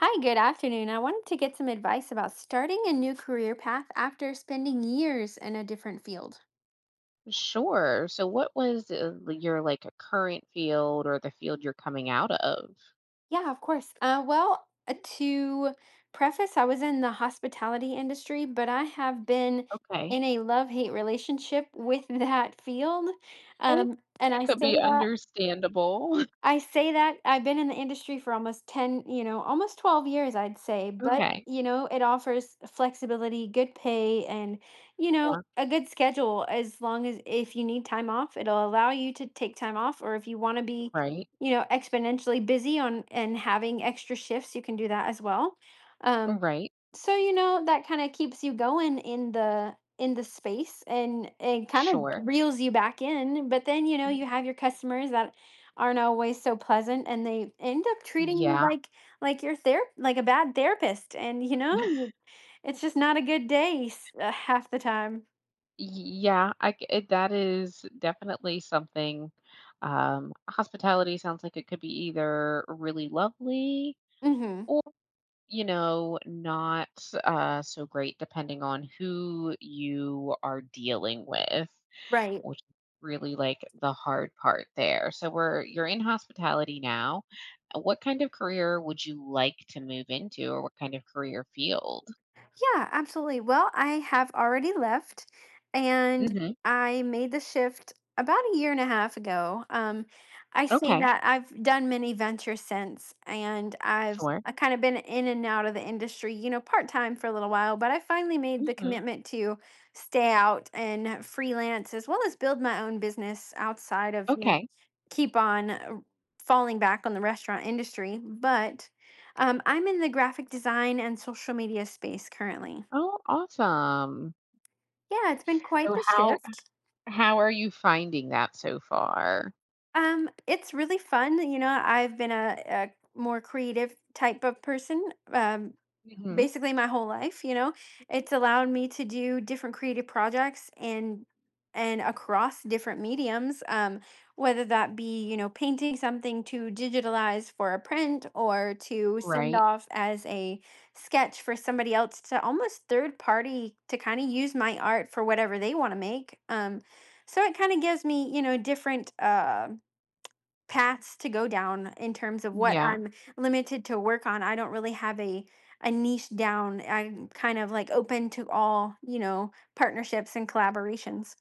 Hi, good afternoon. I wanted to get some advice about starting a new career path after spending years in a different field. Sure. So, what was your like current field or the field you're coming out of? Yeah, of course. Well, to preface, I was in the hospitality industry, but I have been Okay. in a love-hate relationship with that field. I And that I could say be that understandable. I say that I've been in the industry for almost 10, you know, almost 12 years, I'd say, but, Okay. you know, it offers flexibility, good pay, and, you know, Yeah. a good schedule as long as if you need time off, it'll allow you to take time off, or if you want to be, Right. you know, exponentially busy on and having extra shifts, you can do that as well. Um, Right. so, you know, that kinda keeps you going in the space, and it kinda Sure. reels you back in. But then, you know, you have your customers that aren't always so pleasant, and they end up treating you Yeah. Like your ther like a bad therapist. And, you know, it's just not a good day s half the time. That is definitely something. Hospitality sounds like it could be either really lovely Mhm. or, you know, not so great, depending on who you are dealing with. Right. Which is really like the hard part there. So we're you're in hospitality now. What kind of career would you like to move into or what kind of career field? Yeah, absolutely. Well, I have already left, and Hmm. I made the shift about a year and a half ago. I say Okay. that I've done many ventures since, and I've Sure. I kind of been in and out of the industry, you know, part time for a little while, but I finally made the Hmm. commitment to stay out and freelance as well as build my own business outside of, you know, Okay. keep on falling back on the restaurant industry. But I'm in the graphic design and social media space currently. Oh, awesome. Yeah, it's been quite So the how shift. how are you finding that so far? It's really fun. You know, I've been a more creative type of person, Hmm. basically my whole life. You know, it's allowed me to do different creative projects and across different mediums, whether that be, you know, painting something to digitalize for a print or to send Right. off as a sketch for somebody else to almost third party to kind of use my art for whatever they want to make. So it kind of gives me, you know, different paths to go down in terms of what Yeah. I'm limited to work on. I don't really have a niche down. I'm kind of like open to all, you know, partnerships and collaborations.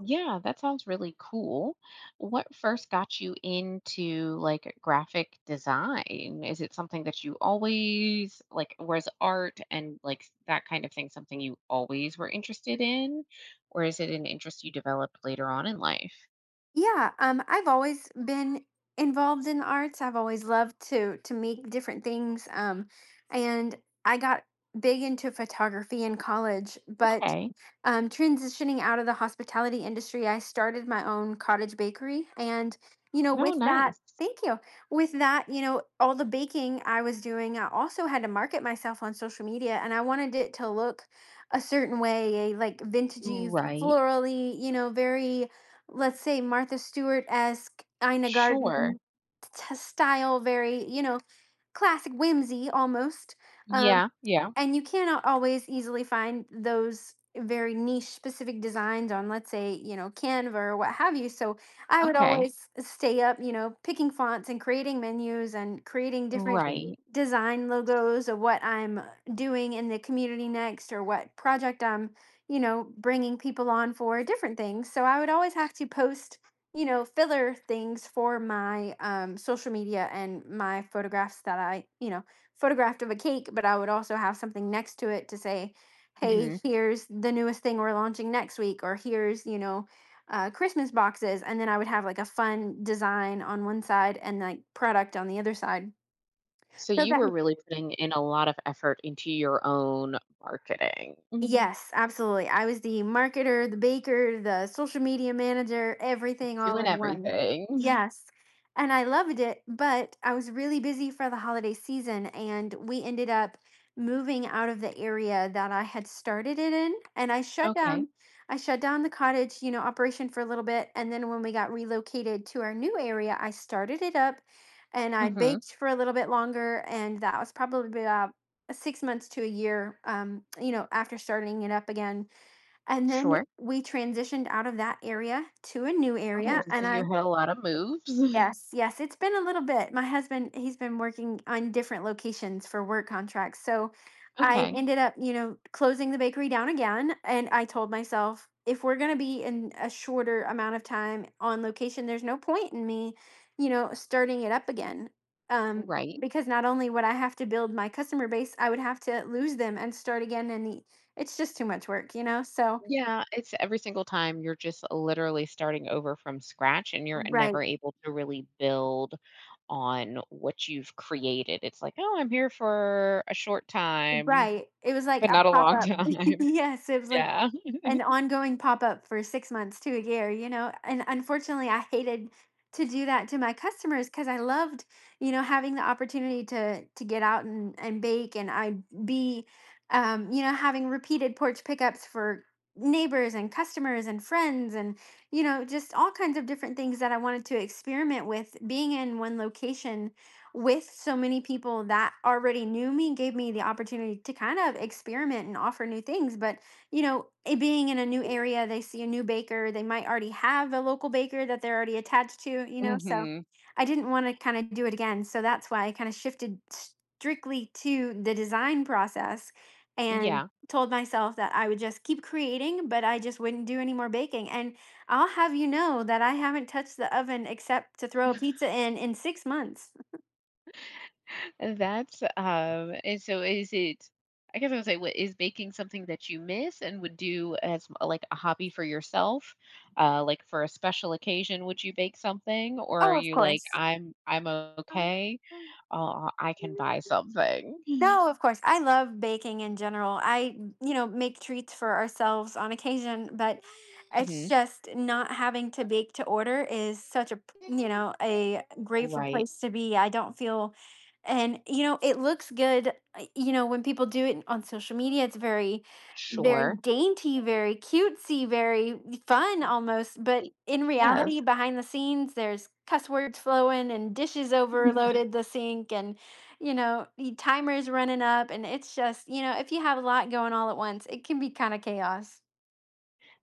Yeah, that sounds really cool. What first got you into like graphic design? Is it something that you always like, was art and like that kind of thing something you always were interested in? Or is it an interest you developed later on in life? Yeah, I've always been involved in the arts. I've always loved to make different things, and I got big into photography in college. but Okay. um, transitioning out of the hospitality industry, I started my own cottage bakery. And, you know, Oh, with that, nice. thank you. With that, you know, all the baking I was doing, I also had to market myself on social media, and I wanted it to look a certain way, a like vintagey, Right. florally, you know, very, let's say, Martha Stewart esque. Ina Sure. Garden style, very, you know, classic whimsy almost. um, Yeah. Yeah. and you cannot always easily find those very niche specific designs on, let's say, you know, canva or what have you. So I would Okay. always stay up, you know, picking fonts and creating menus and creating different, mhm, Right. design logos of what I'm doing in the community next, or what project i'm, you know, bringing people on for different things. So I would always have to post, you know, filler things for my social media, and my photographs that i, you know, photographed of a cake. But I would also have something next to it to say, hey, Hmm. mhm, here's the newest thing we're launching next week, or here's, you know, Christmas boxes. And then I would have like a fun design on one side and like product on the other side. So So you that, were mhm. really putting in a lot of effort into your own marketing. Yes, absolutely. I was the marketer, the baker, the social media manager, everything all Doing in one. everything. Yes. And I loved it, but I was really busy for the holiday season, and we ended up moving out of the area that I had started it in, and I shut Okay. down I shut down the cottage, you know, operation for a little bit. And then when we got relocated to our new area, I started it up, and I Mhm. baked for a little bit longer. And that was probably about 6 months to a year, you know, after starting it up again. And then Sure. we transitioned out of that area to a new Oh, area, so and you i— had a lot of moves. Yes, yes, it's been a little bit. My husband, he's been working on different locations for work contracts. So I, mhm, Okay. ended up, you know, closing the bakery down again. And I told myself, if we're going to be in a shorter amount of time on location, there's no point in me, you know, starting it up again. Um, Right. because not only would I have to build my customer base, I would have to lose them and start again. And it's just too much work, you know? So, Yeah, it's every single time you're just literally starting over from scratch and you're right, never able to really build on what you've created. It's like, "Oh, I'm here for a short time, right. It was like but a not a pop long up. time." Yes, it was like Yeah. an ongoing pop up for 6 months to a year, you know. And unfortunately, I hated to do that to my customers, because I loved, you know, having the opportunity to get out and bake. And I'd be, you know, having repeated porch pickups for neighbors and customers and friends, and, you know, just all kinds of different things that I wanted to experiment with. Being in one location with so many people that already knew me gave me the opportunity to kind of experiment and offer new things. But, you know, it being in a new area, they see a new baker. They might already have a local baker that they're already attached to, you know. So Mhm. I didn't want to kind of do it again. So that's why I kind of shifted strictly to the design process, and Yeah. told myself that I would just keep creating, but I just wouldn't do any more baking. And I'll have you know that I haven't touched the oven except to throw a pizza in 6 months. That's and so is it I guess I would say what is baking something that you miss and would do as like a hobby for yourself? Like for a special occasion, would you bake something or are Oh, of you like course. I'm okay. I can buy something. No, of course. I love baking in general. I, you know, make treats for ourselves on occasion. But it's Hmm. just not having to bake to order is such a grateful Right. place to be. I don't feel, and, you know, it looks good. You know, when people do it on social media, it's very, very Sure. dainty, very cutesy, very fun almost. But Y- in Yes. reality, behind the scenes, there's cuss words flowing and dishes overloaded the sink, and, you know, the timer's running up. And it's just, you know, if you have a lot going all at once, it can be kind of chaos.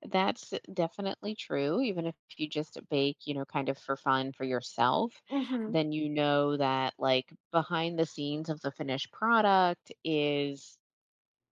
That's definitely true. Even if you just bake, you know, kind of for fun for yourself, Mhm. then you know that like behind the scenes of the finished product is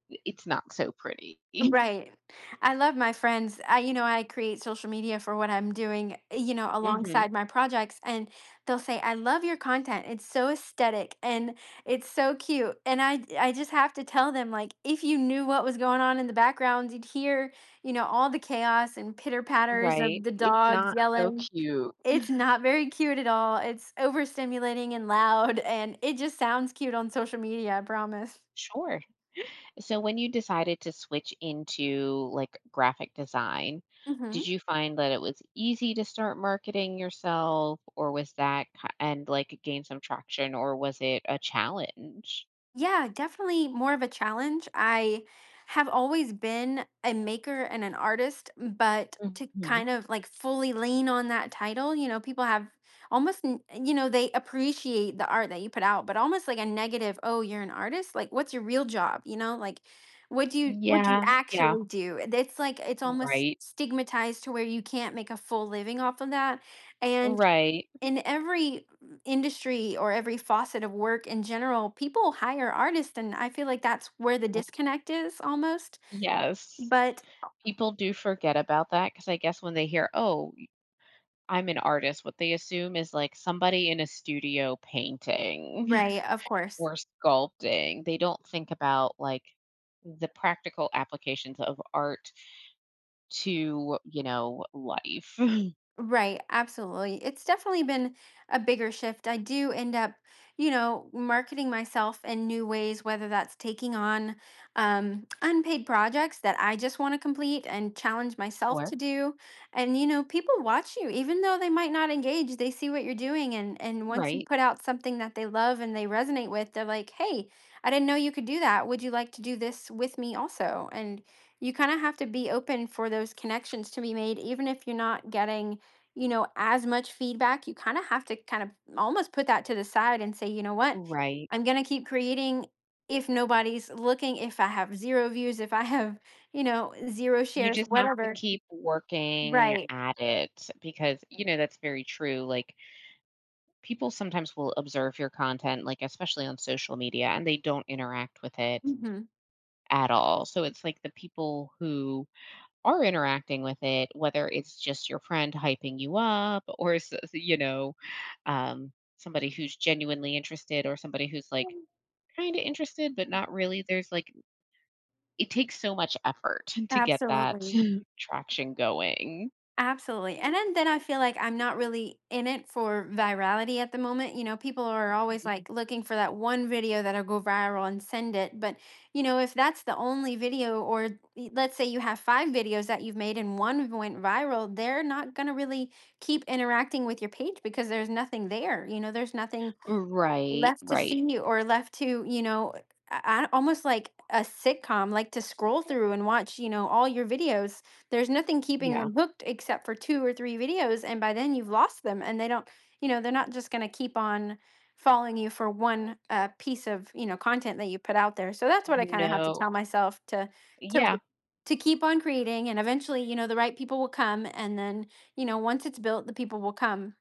it's not so pretty. Right. I love my friends. I create social media for what I'm doing, you know, Hmm. alongside my projects. And they'll say, I love your content. It's so aesthetic, and it's so cute. And I just have to tell them, like, if you knew what was going on in the background, you'd hear, you know, all the chaos and pitter patters Right. of the It's dogs not so yelling. cute. It's not very cute at all. It's overstimulating and loud, and it just sounds cute on social media, I promise. Sure. So when you decided to switch into like graphic design, Mhm. did you find that it was easy to start marketing yourself or was that and like gain some traction or was it a challenge? Yeah, definitely more of a challenge. I have always been a maker and an artist, but to Mhm. kind of like fully lean on that title, you know, people have almost, you know, they appreciate the art that you put out, but almost like a negative. Oh, you're an artist? Like, what's your real job? You know, like, what do you Yeah, yeah, actually do? And it's like it's almost right, stigmatized to where you can't make a full living off of that. And right. in every industry or every facet of work in general, people hire artists, and I feel like that's where the Yep. disconnect is almost. Yes. But People do forget about that because I guess when they hear, "Oh, y I'm an artist," what they assume is, like, somebody in a studio painting right, of course. or sculpting. They don't think about, like, the practical applications of art to, you know, life. Right, absolutely. It's definitely been a bigger shift. I do end up, you know, marketing myself in new ways, whether that's taking on unpaid projects that I just want to complete and challenge myself Sure. to do. And, you know, people watch you. Even though they might not engage, they see what you're doing. And once you Right, put out something that they love and they resonate with, they're like, hey, I didn't know you could do that. Would you like to do this with me also? And you kind of have to be open for those connections to be made, even if you're not getting, you know, as much feedback. You kind of have to kind of almost put that to the side and say, you know what? right. I'm going to keep creating, if nobody's looking, if I have zero views, if I have, you know, zero You shares, just have to whatever. keep working Right. at it because, you know, that's very true, like people sometimes will observe your content, like, especially on social media, and they don't interact with it Hmm. at all. So it's like the people who are interacting with it, whether it's just your friend hyping you up or, you know, um, somebody who's genuinely interested or somebody who's like kind of interested, but not really. There's like, it takes so much effort to get that Absolutely. traction going. Absolutely, and then I feel like I'm not really in it for virality at the moment. You know, people are always, like, looking for that one video that'll go viral and send it, but, you know, if that's the only video, or y let's say you have 5 videos that you've made and 1 went viral, they're not gonna really keep interacting with your page, because there's nothing there. You know, there's nothing Right, left to right. see or left to, you know, almost like a sitcom, like to scroll through and watch, you know, all your videos. There's nothing keeping Yeah. them hooked except for two or three videos. And by then you've lost them, and they don't, you know, they're not just going to keep on following you for one piece of, you know, content that you put out there. So that's what I kind of have to No. tell myself to, to, Yeah. Keep on creating. And eventually, you know, the right people will come. And then, you know, once it's built, the people will come.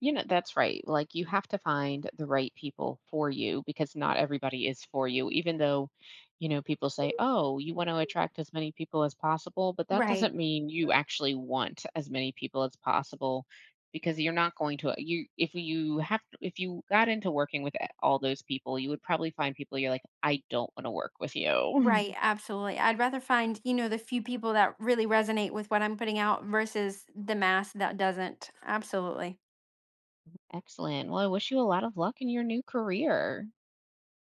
You know, that's right. Like you have to find the right people for you because not everybody is for you, even though, you know, people say, oh, you want to attract as many people as possible. But that Right. doesn't mean you actually want as many people as possible because you're not going to, you, if you have, if you got into working with all those people, you would probably find people you're like, I don't want to work with you. Right, absolutely. I'd rather find, you know, the few people that really resonate with what I'm putting out versus the mass that doesn't. Absolutely. Excellent. Well, I wish you a lot of luck in your new career.